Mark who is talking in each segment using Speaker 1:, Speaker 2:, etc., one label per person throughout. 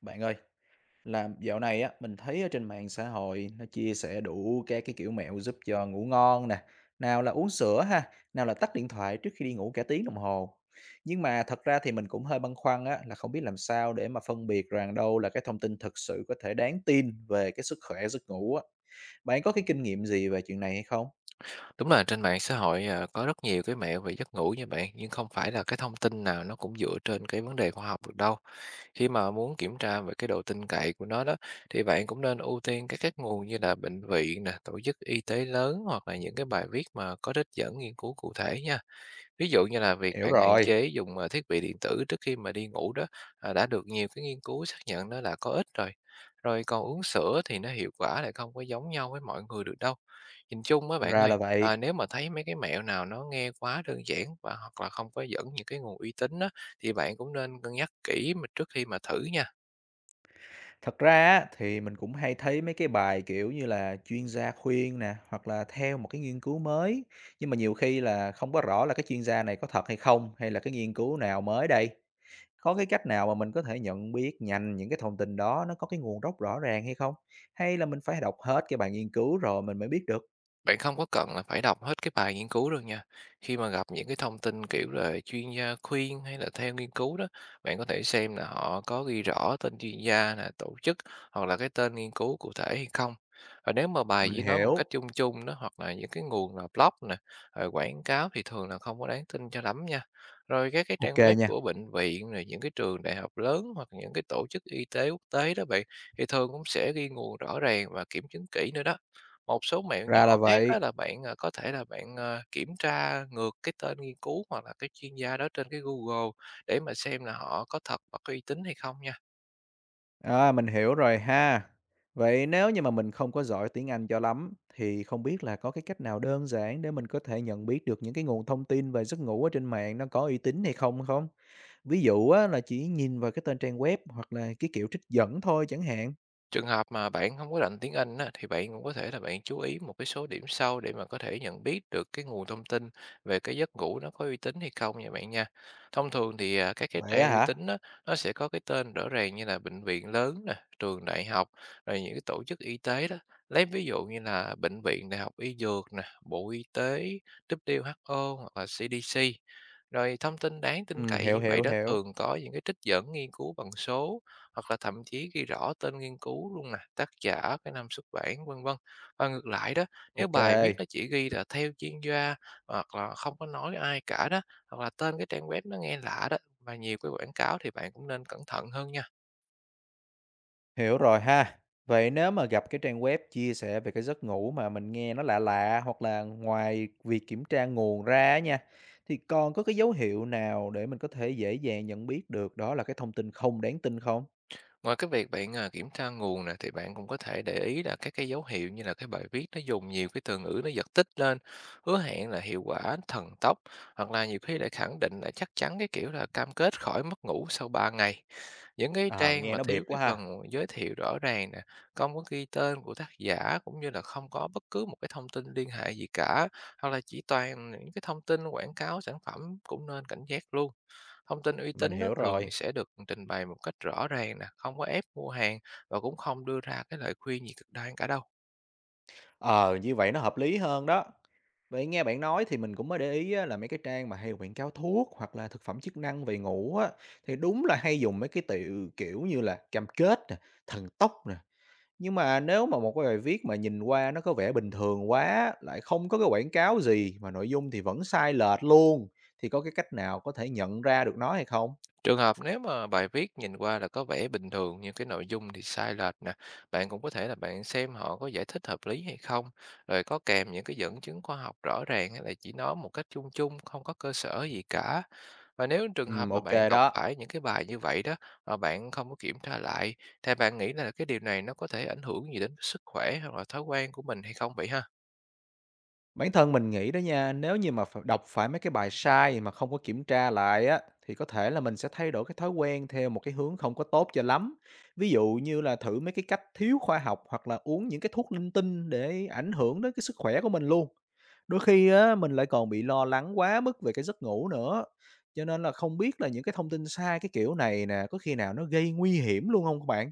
Speaker 1: Bạn ơi, là dạo này á, mình thấy ở trên mạng xã hội nó chia sẻ đủ các cái kiểu mẹo giúp cho ngủ ngon nè, nào là uống sữa ha, nào là tắt điện thoại trước khi đi ngủ cả tiếng đồng hồ. Nhưng mà thật ra thì mình cũng hơi băn khoăn á, là không biết làm sao để mà phân biệt rằng đâu là cái thông tin thực sự có thể đáng tin về cái sức khỏe giấc ngủ á. Bạn có cái kinh nghiệm gì về chuyện này hay không?
Speaker 2: Đúng là trên mạng xã hội, có rất nhiều cái mẹo về giấc ngủ nha bạn, nhưng không phải là cái thông tin nào nó cũng dựa trên cái vấn đề khoa học được đâu. Khi mà muốn kiểm tra về cái độ tin cậy của nó đó, thì bạn cũng nên ưu tiên các nguồn như là bệnh viện nè, tổ chức y tế lớn hoặc là những cái bài viết mà có trích dẫn nghiên cứu cụ thể nha. Ví dụ như là việc
Speaker 1: Hiểu
Speaker 2: bạn hạn
Speaker 1: rồi,
Speaker 2: chế dùng thiết bị điện tử trước khi mà đi ngủ đó, đã được nhiều cái nghiên cứu xác nhận đó là có ích rồi. Rồi còn uống sữa thì nó hiệu quả lại không có giống nhau với mọi người được đâu. Nhìn chung á bạn
Speaker 1: ra
Speaker 2: ơi,
Speaker 1: là vậy.
Speaker 2: nếu mà thấy mấy cái mẹo nào nó nghe quá đơn giản và hoặc là không có dẫn những cái nguồn uy tín á, thì bạn cũng nên cân nhắc kỹ mà trước khi mà thử nha.
Speaker 1: Thật ra á, thì mình cũng hay thấy mấy cái bài, kiểu như là, chuyên gia khuyên nè, hoặc là theo một cái nghiên cứu mới, nhưng mà nhiều khi là không có rõ là cái chuyên gia này có thật hay không, hay là cái nghiên cứu nào mới đây. Có cái cách nào mà mình có thể nhận biết nhanh những cái thông tin đó nó có cái nguồn gốc rõ ràng hay không? Hay là mình phải đọc hết cái bài nghiên cứu rồi mình mới biết được?
Speaker 2: Bạn không có cần là phải đọc hết cái bài nghiên cứu đâu nha. Khi mà gặp những cái thông tin kiểu là chuyên gia khuyên hay là theo nghiên cứu đó, bạn có thể xem là họ có ghi rõ tên chuyên gia là tổ chức hoặc là cái tên nghiên cứu cụ thể hay không. Và nếu mà bài
Speaker 1: Mình
Speaker 2: chỉ nói một cách
Speaker 1: hiểu.
Speaker 2: chung chung đó hoặc là những cái nguồn là blog nè, rồi quảng cáo thì thường là không có đáng tin cho lắm nha. Rồi các cái trang
Speaker 1: OK
Speaker 2: web
Speaker 1: nha,
Speaker 2: của bệnh viện rồi những cái trường đại học lớn hoặc những cái tổ chức y tế quốc tế đó bạn thì thường cũng sẽ ghi nguồn rõ ràng và kiểm chứng kỹ nữa đó. Một số mẹo
Speaker 1: ra
Speaker 2: nhỏ
Speaker 1: là
Speaker 2: khác á
Speaker 1: vậy.
Speaker 2: là bạn, có thể là bạn, kiểm tra ngược cái tên nghiên cứu hoặc là cái chuyên gia đó trên cái Google để mà xem là họ có thật và có uy tín hay không nha.
Speaker 1: À, mình hiểu rồi ha. Vậy nếu như mà mình không có giỏi tiếng Anh cho lắm thì không biết là có cái cách nào đơn giản để mình có thể nhận biết được những cái nguồn thông tin về giấc ngủ ở trên mạng nó có uy tín hay không không? Ví dụ á, là chỉ nhìn vào cái tên trang web hoặc là cái kiểu trích dẫn thôi chẳng hạn.
Speaker 2: Trường hợp mà bạn không có rành tiếng Anh á, thì bạn cũng có thể là bạn chú ý một cái số điểm sau để mà có thể nhận biết được cái nguồn thông tin về cái giấc ngủ nó có uy tín hay không nha bạn nha. Thông thường thì, các cái
Speaker 1: Vậy á
Speaker 2: trang uy
Speaker 1: hả?
Speaker 2: tín á, nó sẽ có cái tên rõ ràng như là bệnh viện lớn nè, trường đại học, rồi những cái tổ chức y tế đó. Lấy ví dụ như là Bệnh viện Đại học Y Dược nè, Bộ Y tế, WHO hoặc là CDC. Rồi thông tin đáng tin
Speaker 1: Ừ,
Speaker 2: cậy
Speaker 1: hiểu
Speaker 2: như vậy
Speaker 1: hiểu
Speaker 2: đó
Speaker 1: hiểu.
Speaker 2: thường có những cái trích dẫn nghiên cứu bằng số hoặc là thậm chí ghi rõ tên nghiên cứu luôn nè, tác giả, cái năm xuất bản, vân vân. Và ngược lại đó, nếu
Speaker 1: Ok.
Speaker 2: bài viết nó chỉ ghi là theo chuyên gia hoặc là không có nói ai cả đó, hoặc là tên cái trang web nó nghe lạ đó và nhiều cái quảng cáo thì bạn cũng nên cẩn thận hơn nha.
Speaker 1: Hiểu rồi ha. Vậy nếu mà gặp cái trang web chia sẻ về cái giấc ngủ mà mình nghe nó lạ lạ hoặc là ngoài việc kiểm tra nguồn ra á nha, thì còn có cái dấu hiệu nào để mình có thể dễ dàng nhận biết được đó là cái thông tin không đáng tin không?
Speaker 2: Ngoài cái việc bạn, kiểm tra nguồn nè, thì bạn cũng có thể để ý là các cái dấu hiệu như là cái bài viết nó dùng nhiều cái từ ngữ nó giật tít lên, hứa hẹn là hiệu quả, thần tốc, hoặc là nhiều khi lại khẳng định là chắc chắn cái kiểu là cam kết khỏi mất ngủ sau 3 ngày. Những cái
Speaker 1: Ờ,
Speaker 2: trang
Speaker 1: nghe
Speaker 2: mà
Speaker 1: nó bịp
Speaker 2: thiếu cái
Speaker 1: quá ha.
Speaker 2: phần giới thiệu rõ ràng nè, không có ghi tên của tác giả cũng như là không có bất cứ một cái thông tin liên hệ gì cả, hoặc là chỉ toàn những cái thông tin quảng cáo sản phẩm cũng nên cảnh giác luôn. Thông tin uy
Speaker 1: Mình
Speaker 2: tín nó
Speaker 1: hiểu
Speaker 2: thường thì
Speaker 1: rồi.
Speaker 2: sẽ được trình bày một cách rõ ràng nè, không có ép mua hàng và cũng không đưa ra cái lời khuyên gì cực đoan cả đâu.
Speaker 1: Ờ, như vậy nó hợp lý hơn đó. Vậy nghe bạn nói thì mình cũng mới để ý á, là mấy cái trang mà hay quảng cáo thuốc hoặc là thực phẩm chức năng về ngủ á, thì đúng là hay dùng mấy cái từ kiểu như là cam kết nè, thần tốc nè. Nhưng mà nếu mà một cái bài viết mà nhìn qua nó có vẻ bình thường quá, lại không có cái quảng cáo gì mà nội dung thì vẫn sai lệch luôn, thì có cái cách nào có thể nhận ra được nó hay không?
Speaker 2: Trường hợp nếu mà bài viết nhìn qua là có vẻ bình thường nhưng cái nội dung thì sai lệch nè, bạn cũng có thể là bạn xem họ có giải thích hợp lý hay không, rồi có kèm những cái dẫn chứng khoa học rõ ràng hay là chỉ nói một cách chung chung, không có cơ sở gì cả. Và nếu trường hợp mà
Speaker 1: Ô
Speaker 2: bạn đọc
Speaker 1: đó.
Speaker 2: phải những cái bài như vậy đó mà bạn không có kiểm tra lại, thì bạn nghĩ là cái điều này nó có thể ảnh hưởng gì đến sức khỏe hoặc là thói quen của mình hay không vậy ha?
Speaker 1: Bản thân mình nghĩ đó nha, nếu như mà phải đọc phải mấy cái bài sai mà không có kiểm tra lại á, thì có thể là mình sẽ thay đổi cái thói quen theo một cái hướng không có tốt cho lắm. Ví dụ như là thử mấy cái cách thiếu khoa học hoặc là uống những cái thuốc linh tinh để ảnh hưởng đến cái sức khỏe của mình luôn. Đôi khi á, mình lại còn bị lo lắng quá mức về cái giấc ngủ nữa. Cho nên là không biết là những cái thông tin sai cái kiểu này nè, có khi nào nó gây nguy hiểm luôn không các bạn?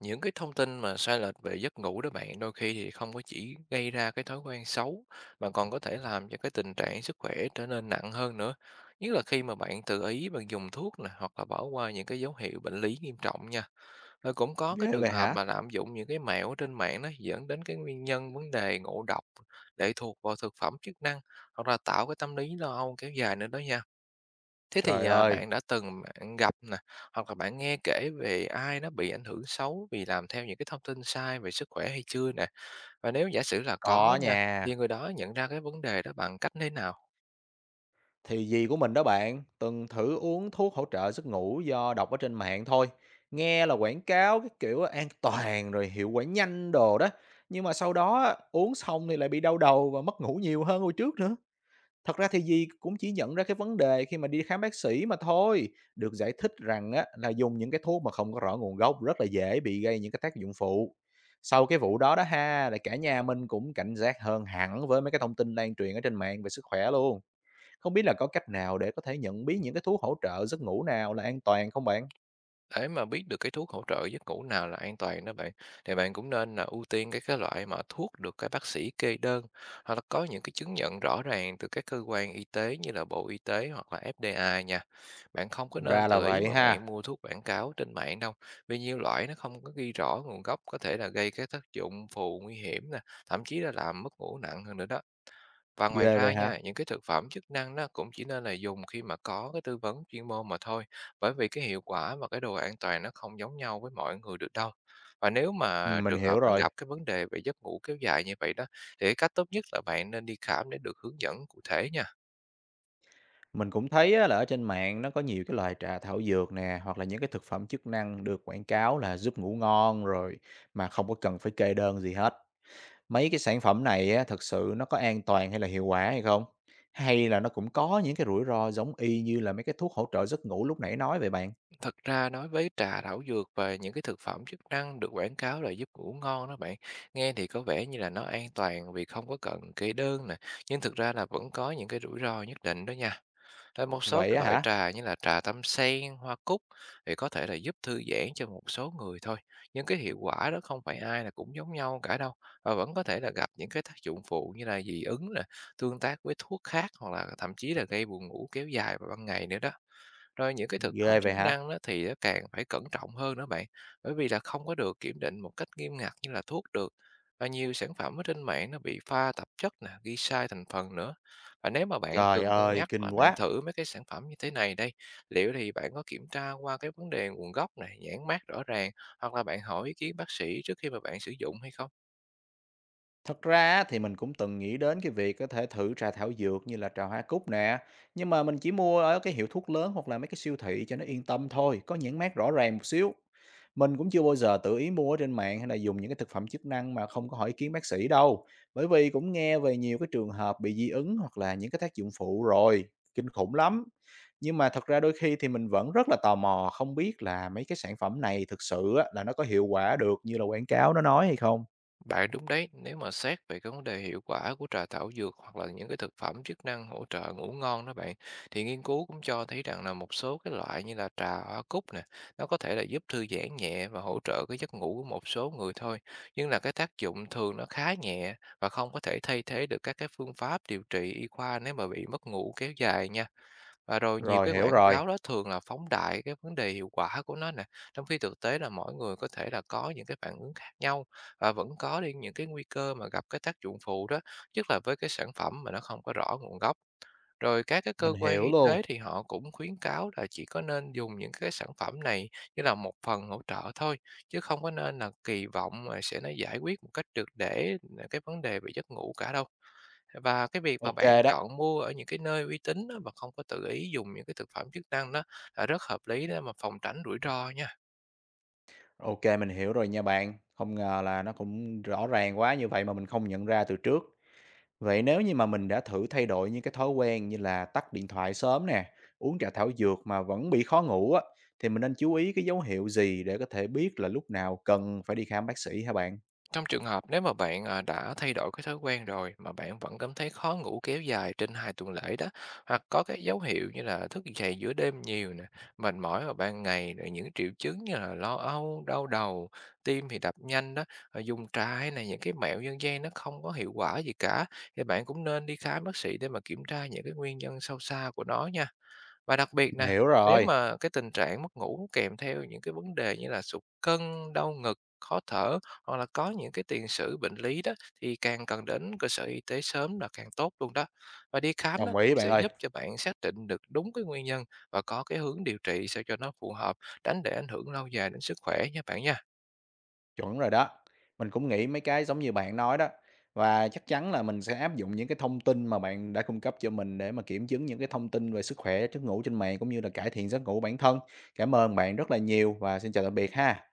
Speaker 2: Những cái thông tin mà sai lệch về giấc ngủ đó bạn, đôi khi thì không có chỉ gây ra cái thói quen xấu mà còn có thể làm cho cái tình trạng sức khỏe trở nên nặng hơn nữa. Nhất là khi mà bạn tự ý bạn dùng thuốc nè hoặc là bỏ qua những cái dấu hiệu bệnh lý nghiêm trọng nha. Rồi cũng có cái
Speaker 1: Ghê
Speaker 2: trường
Speaker 1: vậy
Speaker 2: hợp
Speaker 1: hả?
Speaker 2: mà lạm dụng những cái mẹo trên mạng đó dẫn đến cái nguyên nhân vấn đề ngộ độc, lệ thuộc vào thực phẩm chức năng hoặc là tạo cái tâm lý lo âu kéo dài nữa đó nha. Thế thì,
Speaker 1: Trời ơi,
Speaker 2: bạn đã từng gặp nè, hoặc là bạn nghe kể về ai nó bị ảnh hưởng xấu vì làm theo những cái thông tin sai về sức khỏe hay chưa nè? Và nếu giả sử là có
Speaker 1: có
Speaker 2: nha,
Speaker 1: nha.
Speaker 2: thì người đó nhận ra cái vấn đề đó bằng cách như thế nào?
Speaker 1: Thì dì của mình đó bạn, từng thử uống thuốc hỗ trợ giấc ngủ do đọc ở trên mạng thôi. Nghe là quảng cáo cái kiểu an toàn rồi hiệu quả nhanh đồ đó. Nhưng mà sau đó á, uống xong thì lại bị đau đầu và mất ngủ nhiều hơn hồi trước nữa. Thật ra thì dì cũng chỉ nhận ra cái vấn đề khi mà đi khám bác sĩ mà thôi. Được giải thích rằng á, là dùng những cái thuốc mà không có rõ nguồn gốc rất là dễ bị gây những cái tác dụng phụ. Sau cái vụ đó đó ha, là cả nhà mình cũng cảnh giác hơn hẳn với mấy cái thông tin lan truyền ở trên mạng về sức khỏe luôn. Không biết là có cách nào để có thể nhận biết những cái thuốc hỗ trợ giấc ngủ nào là an toàn không bạn?
Speaker 2: Để mà biết được cái thuốc hỗ trợ giấc ngủ nào là an toàn đó bạn, thì bạn cũng nên là ưu tiên cái loại mà thuốc được cái bác sĩ kê đơn hoặc là có những cái chứng nhận rõ ràng từ các cơ quan y tế như là Bộ Y tế hoặc là FDA nha. Bạn không có nên
Speaker 1: Ra là
Speaker 2: tự ý
Speaker 1: vậy
Speaker 2: mà
Speaker 1: ha,
Speaker 2: bạn mua thuốc quảng cáo trên mạng đâu, vì nhiều loại nó không có ghi rõ nguồn gốc có thể là gây cái tác dụng phụ nguy hiểm nè, thậm chí là làm mất ngủ nặng hơn nữa đó. Và ngoài
Speaker 1: ghê
Speaker 2: ra
Speaker 1: vậy hả?
Speaker 2: nha, những cái thực phẩm chức năng nó cũng chỉ nên là dùng khi mà có cái tư vấn chuyên môn mà thôi, bởi vì cái hiệu quả và cái độ an toàn nó không giống nhau với mọi người được đâu. Và nếu mà
Speaker 1: Mình
Speaker 2: trường hợp
Speaker 1: hiểu
Speaker 2: bạn
Speaker 1: rồi.
Speaker 2: gặp cái vấn đề về giấc ngủ kéo dài như vậy đó, thì cái cách tốt nhất là bạn nên đi khám để được hướng dẫn cụ thể nha.
Speaker 1: Mình cũng thấy á, là ở trên mạng nó có nhiều cái loại trà thảo dược nè hoặc là những cái thực phẩm chức năng được quảng cáo là giúp ngủ ngon rồi mà không có cần phải kê đơn gì hết. Mấy cái sản phẩm này á, thật sự nó có an toàn hay là hiệu quả hay không? Hay là nó cũng có những cái rủi ro giống y như là mấy cái thuốc hỗ trợ giấc ngủ lúc nãy nói vậy bạn?
Speaker 2: Thật ra nói với trà thảo dược và những cái thực phẩm chức năng được quảng cáo là giúp ngủ ngon đó bạn, nghe thì có vẻ như là nó an toàn vì không có cần kê đơn nè, nhưng thực ra là vẫn có những cái rủi ro nhất định đó nha. Rồi một số
Speaker 1: Vậy
Speaker 2: cái
Speaker 1: á
Speaker 2: loại
Speaker 1: hả?
Speaker 2: trà như là trà tâm sen, hoa cúc thì có thể là giúp thư giãn cho một số người thôi. Nhưng cái hiệu quả đó không phải ai là cũng giống nhau cả đâu. Và vẫn có thể là gặp những cái tác dụng phụ như là dị ứng nè, tương tác với thuốc khác hoặc là thậm chí là gây buồn ngủ kéo dài vào ban ngày nữa đó. Rồi những cái thực phẩm
Speaker 1: Ghê
Speaker 2: chức
Speaker 1: vậy hả?
Speaker 2: năng đó thì nó càng phải cẩn trọng hơn nữa bạn, bởi vì là không có được kiểm định một cách nghiêm ngặt như là thuốc được. Và nhiều sản phẩm ở trên mạng nó bị pha tạp chất nè, ghi sai thành phần nữa. Và nếu mà bạn từng
Speaker 1: Trời
Speaker 2: cân
Speaker 1: ơi,
Speaker 2: nhắc
Speaker 1: kinh
Speaker 2: và bạn
Speaker 1: quá.
Speaker 2: thử mấy cái sản phẩm như thế này đây, liệu thì bạn có kiểm tra qua cái vấn đề nguồn gốc này, nhãn mác rõ ràng, hoặc là bạn hỏi ý kiến bác sĩ trước khi mà bạn sử dụng hay không?
Speaker 1: Thật ra á, thì mình cũng từng nghĩ đến cái việc có thể thử trà thảo dược như là trà hoa cúc nè, nhưng mà mình chỉ mua ở cái hiệu thuốc lớn hoặc là mấy cái siêu thị cho nó yên tâm thôi, có nhãn mác rõ ràng một xíu. Mình cũng chưa bao giờ tự ý mua ở trên mạng hay là dùng những cái thực phẩm chức năng mà không có hỏi ý kiến bác sĩ đâu, bởi vì cũng nghe về nhiều cái trường hợp bị dị ứng hoặc là những cái tác dụng phụ rồi, kinh khủng lắm. Nhưng mà thật ra đôi khi thì mình vẫn rất là tò mò không biết là mấy cái sản phẩm này thực sự á, là nó có hiệu quả được như là quảng cáo nó nói hay không.
Speaker 2: Bạn đúng đấy, nếu mà xét về cái vấn đề hiệu quả của trà thảo dược hoặc là những cái thực phẩm chức năng hỗ trợ ngủ ngon đó bạn, thì nghiên cứu cũng cho thấy rằng là một số cái loại như là trà hoa cúc nè, nó có thể là giúp thư giãn nhẹ và hỗ trợ cái giấc ngủ của một số người thôi, nhưng là cái tác dụng thường nó khá nhẹ và không có thể thay thế được các cái phương pháp điều trị y khoa nếu mà bị mất ngủ kéo dài nha. Và rồi nhiều
Speaker 1: Rồi
Speaker 2: cái
Speaker 1: hiểu
Speaker 2: quảng
Speaker 1: rồi.
Speaker 2: cáo đó thường là phóng đại cái vấn đề hiệu quả của nó nè, trong khi thực tế là mỗi người có thể là có những cái phản ứng khác nhau và vẫn có đi những cái nguy cơ mà gặp cái tác dụng phụ đó, nhất là với cái sản phẩm mà nó không có rõ nguồn gốc. Rồi các cái
Speaker 1: Mình
Speaker 2: cơ quan
Speaker 1: hiểu
Speaker 2: y
Speaker 1: luôn.
Speaker 2: tế thì họ cũng khuyến cáo là chỉ có nên dùng những cái sản phẩm này như là một phần hỗ trợ thôi, chứ không có nên là kỳ vọng mà sẽ nó giải quyết một cách triệt để cái vấn đề về giấc ngủ cả đâu. Và cái việc mà
Speaker 1: Ok
Speaker 2: bạn
Speaker 1: đó,
Speaker 2: chọn mua ở những cái nơi uy tín á, và không có tự ý dùng những cái thực phẩm chức năng đó là rất hợp lý để mà phòng tránh rủi ro nha.
Speaker 1: ok mình hiểu rồi nha bạn. Không ngờ là nó cũng rõ ràng quá như vậy mà mình không nhận ra từ trước. Vậy nếu như mà mình đã thử thay đổi những cái thói quen như là tắt điện thoại sớm nè, uống trà thảo dược mà vẫn bị khó ngủ á, thì mình nên chú ý cái dấu hiệu gì để có thể biết là lúc nào cần phải đi khám bác sĩ hả bạn?
Speaker 2: Trong trường hợp nếu mà bạn, đã thay đổi cái thói quen rồi mà bạn vẫn cảm thấy khó ngủ kéo dài trên 2 tuần lễ đó, hoặc có cái dấu hiệu như là thức dậy giữa đêm nhiều nè, mệt mỏi vào ban ngày, rồi những triệu chứng như là lo âu, đau đầu, tim thì đập nhanh đó, rồi dùng trà này những cái mẹo dân gian nó không có hiệu quả gì cả, thì bạn cũng nên đi khám bác sĩ để mà kiểm tra những cái nguyên nhân sâu xa của nó nha. Và đặc biệt nè,
Speaker 1: Hiểu
Speaker 2: nếu
Speaker 1: rồi,
Speaker 2: mà cái tình trạng mất ngủ kèm theo những cái vấn đề như là sụt cân, đau ngực, khó thở hoặc là có những cái tiền sử bệnh lý đó thì càng cần đến cơ sở y tế sớm là càng tốt luôn đó. Và đi khám đó
Speaker 1: đồng ý
Speaker 2: cũng
Speaker 1: bạn
Speaker 2: sẽ
Speaker 1: ơi.
Speaker 2: giúp cho bạn xác định được đúng cái nguyên nhân và có cái hướng điều trị sao cho nó phù hợp, tránh để ảnh hưởng lâu dài đến sức khỏe nha bạn nha.
Speaker 1: Chuẩn rồi đó. Mình cũng nghĩ mấy cái giống như bạn nói đó, và chắc chắn là mình sẽ áp dụng những cái thông tin mà bạn đã cung cấp cho mình để mà kiểm chứng những cái thông tin về sức khỏe giấc ngủ trên mạng cũng như là cải thiện giấc ngủ bản thân. Cảm ơn bạn rất là nhiều và xin chào tạm biệt ha.